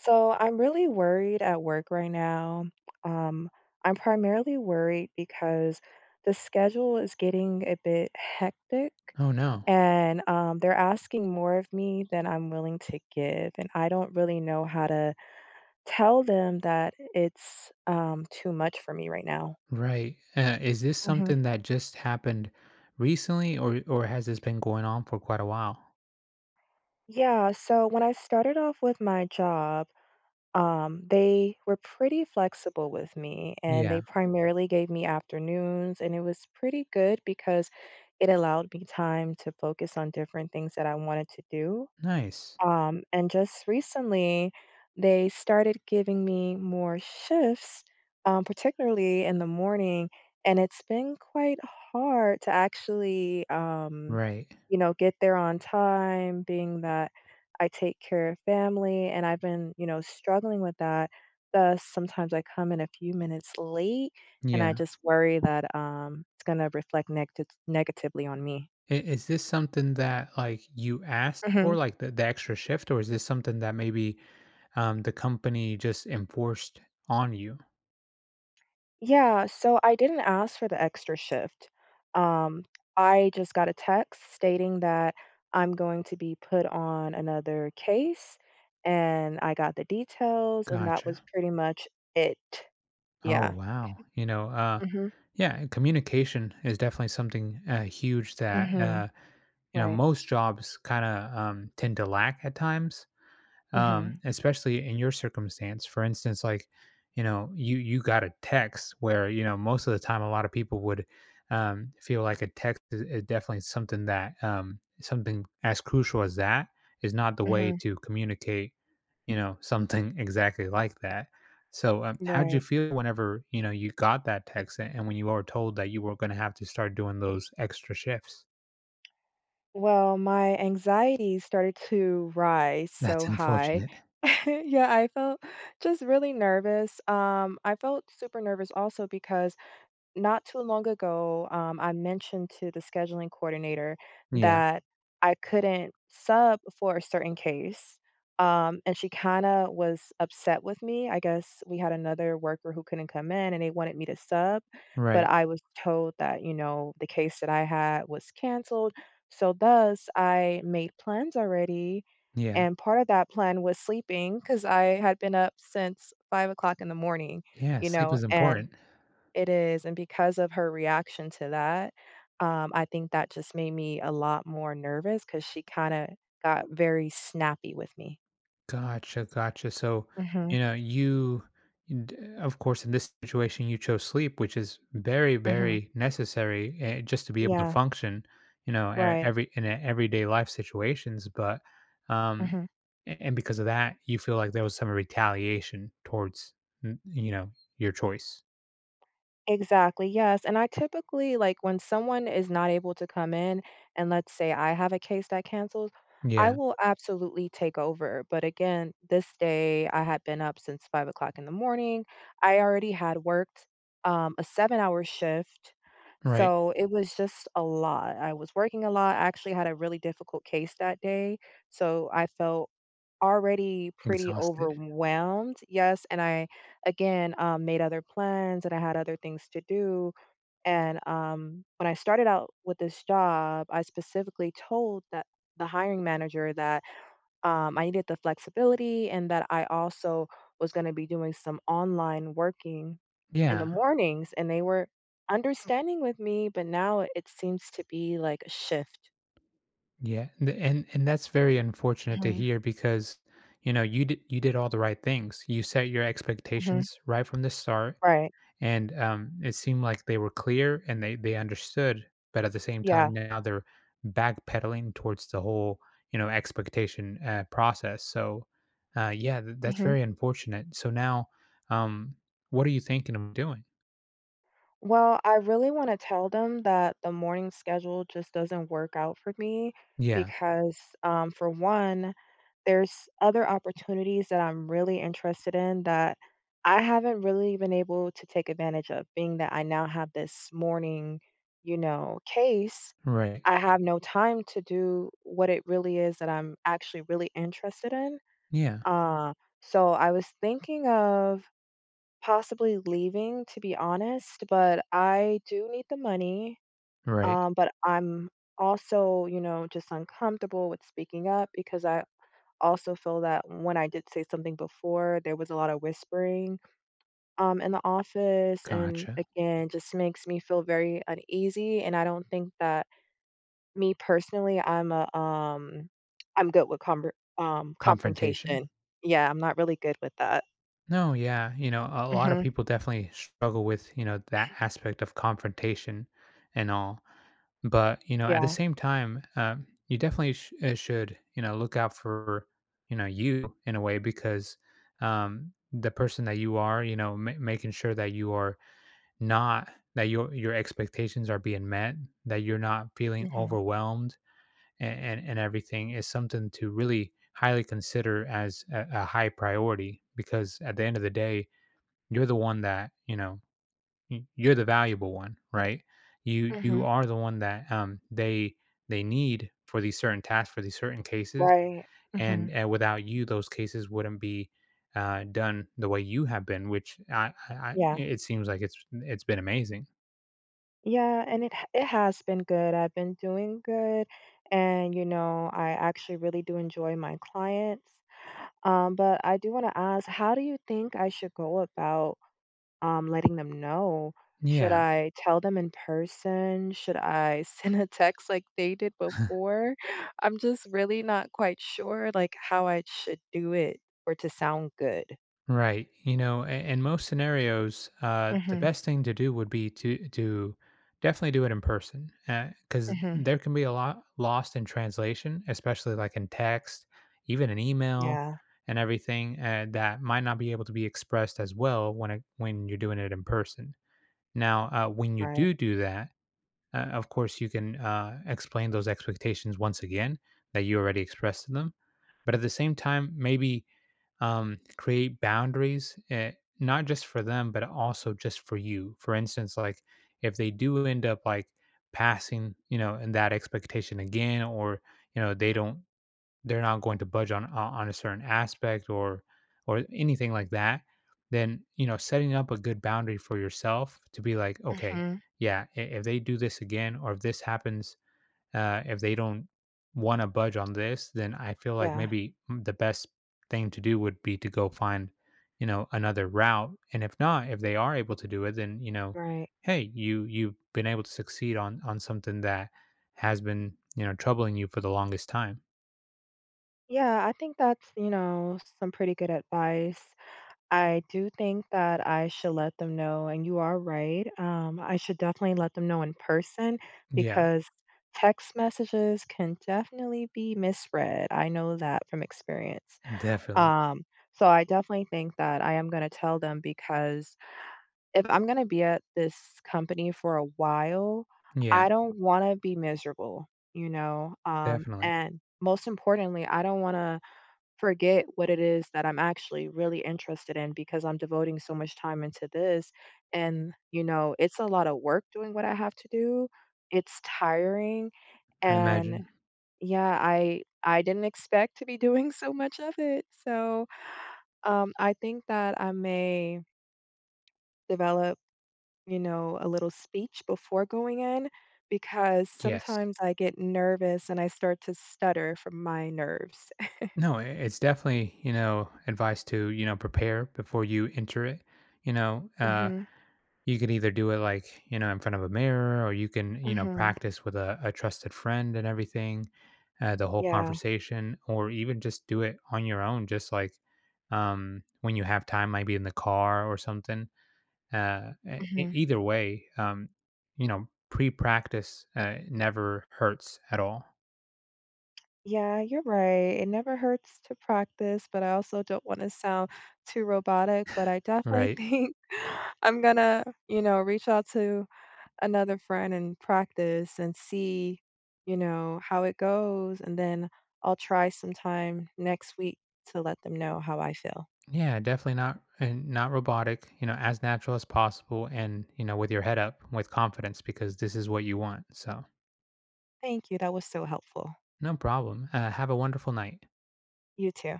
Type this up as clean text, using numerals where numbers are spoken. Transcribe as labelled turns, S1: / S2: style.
S1: So I'm really worried at work right now. Um, I'm primarily worried because the schedule is getting a bit hectic
S2: Oh, no.
S1: and they're asking more of me than I'm willing to give. And I don't really know how to tell them that it's too much for me right now.
S2: Right. Is this
S1: hmm
S2: something that just happened recently or has this been going on for quite a while?
S1: Yeah, so when I started off with my job, they were pretty flexible with me, and they
S2: Yeah.
S1: primarily gave me afternoons, and it was pretty good because it allowed me time to focus on different things that I wanted to do.
S2: Nice.
S1: And just recently, they started giving me more shifts, particularly in the morning, and it's been quite hard to actually,
S2: Right.
S1: get there on time, being that I take care of family, and I've been struggling with that. Thus, sometimes I come in a few minutes late, and I
S2: Yeah.
S1: just worry that it's going to reflect negatively on me.
S2: Is this something that like you asked for,
S1: Mm-hmm.
S2: like the extra shift, or is this something that maybe the company just enforced on you?
S1: Yeah, so I didn't ask for the extra shift. Um, I just got a text stating that I'm going to be put on another case, and I got the details, and that was
S2: Gotcha.
S1: pretty much it.
S2: Oh
S1: Yeah.
S2: wow.
S1: Mhm.
S2: Yeah, communication is definitely something huge that
S1: Mhm.
S2: you know
S1: Right.
S2: most jobs kind of tend to lack at times.
S1: Mhm.
S2: Especially in your circumstance. For instance, like you know, you got a text where you know most of the time a lot of people would feel like a text is definitely something that something as crucial as that is not the way
S1: Mhm.
S2: to communicate. You know, something exactly like that. So, how did you
S1: Right.
S2: feel whenever you know you got that text and when you were told that you were going to have to start doing those extra shifts?
S1: Well, my anxiety started to rise so
S2: That's
S1: high.
S2: unfortunate.
S1: Yeah, I felt just really nervous. I felt super nervous also because not too long ago, I mentioned to the scheduling coordinator
S2: Yeah.
S1: that I couldn't sub for a certain case. And she kind of was upset with me. I guess we had another worker who couldn't come in and they wanted me to sub, but
S2: Right.
S1: I was told that, you know, the case that I had was canceled. So, thus, I made plans already.
S2: Yeah.
S1: And part of that plan was sleeping because I had been up since 5 o'clock in the morning,
S2: Yeah.
S1: you
S2: Sleep
S1: know,
S2: is
S1: and
S2: important.
S1: it is, and because of her reaction to that, I think that just made me a lot more nervous. Because she kinda got very snappy with me.
S2: Gotcha, gotcha. So,
S1: Mhm,
S2: you know, of course, in this situation, you chose sleep, which is very,
S1: mhm.
S2: very necessary just to be able to
S1: Yeah,
S2: function, you know,
S1: right.
S2: everyday life situations. But, um,
S1: Mhm.
S2: and because of that, you feel like there was some retaliation towards, you know, your choice.
S1: Exactly, yes, and I typically, like, when someone is not able to come in, and let's say I have a case that cancels, I
S2: Yeah,
S1: will absolutely take over, but again, this day, I had been up since 5 o'clock in the morning, I already had worked, a seven-hour shift,
S2: right.
S1: so it was just a lot, I was working a lot, I actually had a really difficult case that day, so I felt already pretty
S2: Exhausted.
S1: overwhelmed. Yes, and I again made other plans and I had other things to do. And when I started out with this job, I specifically told that the hiring manager that I needed the flexibility and that I also was going to be doing some online working in the
S2: Yeah.
S1: mornings, and they were understanding with me. But now it seems to be like a shift.
S2: Yeah, and that's very unfortunate to
S1: hmm
S2: hear because you know you did all the right things. You set your
S1: hmm
S2: expectations right from the start,
S1: Right.
S2: and it seemed like they were clear and they understood. But at the same time,
S1: Yeah.
S2: now they're backpedaling towards the whole you know expectation process. So yeah, that's very unfortunate. So now, um, what are you thinking of doing?
S1: Well, I really wanna tell them that the morning schedule just doesn't work out for me
S2: Yeah,
S1: because, for one, there's other opportunities that I'm really interested in that I haven't really been able to take advantage of, being that I now have this morning, you know, case.
S2: right.
S1: I have no time to do what it really is that I'm actually really interested in.
S2: Yeah,
S1: Uh, so I was thinking of possibly leaving, to be honest, but I do need the money,
S2: right.
S1: but I'm also just uncomfortable with speaking up because I also feel that when I did say something before, there was a lot of whispering, in the office, and
S2: Gotcha.
S1: again, just makes me feel very uneasy, and I don't think that me personally, I'm good with conver
S2: Confrontation.
S1: confrontation. Yeah, I'm not really good with that.
S2: No, yeah, you know, a lot of
S1: Mhm.
S2: people definitely struggle with, you know, that aspect of confrontation and all. But, you know, at the
S1: Yeah.
S2: same time, you definitely should, you know, look out for, you know, you in a way because the person that you are, you know, making sure that you are not, that your expectations are being met, that you're not feeling
S1: Mhm.
S2: overwhelmed and everything is something to really highly consider as a high priority because at the end of the day, you're the one that, you know, you're the valuable one, right? You
S1: Mhm.
S2: are the one that they need for these certain tasks for these certain cases,
S1: Right. Mhm.
S2: and without you, those cases wouldn't be done the way you have been, which
S1: Yeah.
S2: it seems like it's been amazing.
S1: Yeah, and it has been good. I've been doing good, and, you know, I actually really do enjoy my clients. But I do wanna ask, how do you think I should go about, letting them know? Should
S2: Yeah.
S1: I tell them in person? Should I send a text like they did before? I'm just really not quite sure, like, how I should do it or to sound good.
S2: Right. You know, in most scenarios, the
S1: Mhm,
S2: best thing to do would be to definitely do it in person because
S1: mhm.
S2: there can be a lot lost in translation, especially like in text, even an email,
S1: Yeah,
S2: and everything that might not be able to be expressed as well when it, when you're doing it in person. Now, when you
S1: right.
S2: do do that, of course, you can explain those expectations once again that you already expressed to them, but at the same time, maybe create boundaries, not just for them, but also just for you. For instance, like if they do end up like passing, you know, in that expectation again, or you know, they don't, they're not going to budge on on a certain aspect or anything like that, then you know, setting up a good boundary for yourself to be like, okay,
S1: Mhm.
S2: yeah, if they do this again, or if this happens if they don't want to budge on this, then I feel like
S1: Yeah,
S2: maybe the best thing to do would be to go find, you know, another route. And if not, if they are able to do it, then you know,
S1: right.
S2: hey, you've been able to succeed on something that has been you know troubling you for the longest time.
S1: Yeah, I think that's, you know, some pretty good advice. I do think that I should let them know, and you are right. I should definitely let them know in person
S2: Yeah,
S1: because text messages can definitely be misread. I know that from experience.
S2: definitely.
S1: Um, so I definitely think that I am going to tell them because if I'm going to be at this company for a while,
S2: Yeah,
S1: I don't want to be miserable, you know?
S2: definitely.
S1: And most importantly, I don't want to forget what it is that I'm actually really interested in because I'm devoting so much time into this. And, you know, it's a lot of work doing what I have to do. It's tiring.
S2: I
S1: And
S2: imagine.
S1: yeah, I didn't expect to be doing so much of it. So I think that I may develop, you know, a little speech before going in because
S2: Yes.
S1: sometimes I get nervous and I start to stutter from my nerves.
S2: No, it's definitely, you know, advice to, you know, prepare before you enter it. You know, uh
S1: hmm
S2: You could either do it like, you know, in front of a mirror or you can, you know,
S1: hmm
S2: practice with a trusted friend and everything, the whole
S1: Yeah.
S2: conversation, or even just do it on your own, just like when you have time, maybe in the car or something.
S1: hmm
S2: Either way, you know, pre practice never hurts at all.
S1: Yeah, you're right. It never hurts to practice, but I also don't want to sound too robotic. But I definitely
S2: Right.
S1: think I'm gonna, you know, reach out to another friend and practice and see, you know, how it goes. And then I'll try sometime next week to let them know how I feel.
S2: Yeah, definitely not and not robotic, you know, as natural as possible and, you know, with your head up with confidence because this is what you want. So
S1: Thank you. That was so helpful.
S2: no problem. Have a wonderful night.
S1: You too.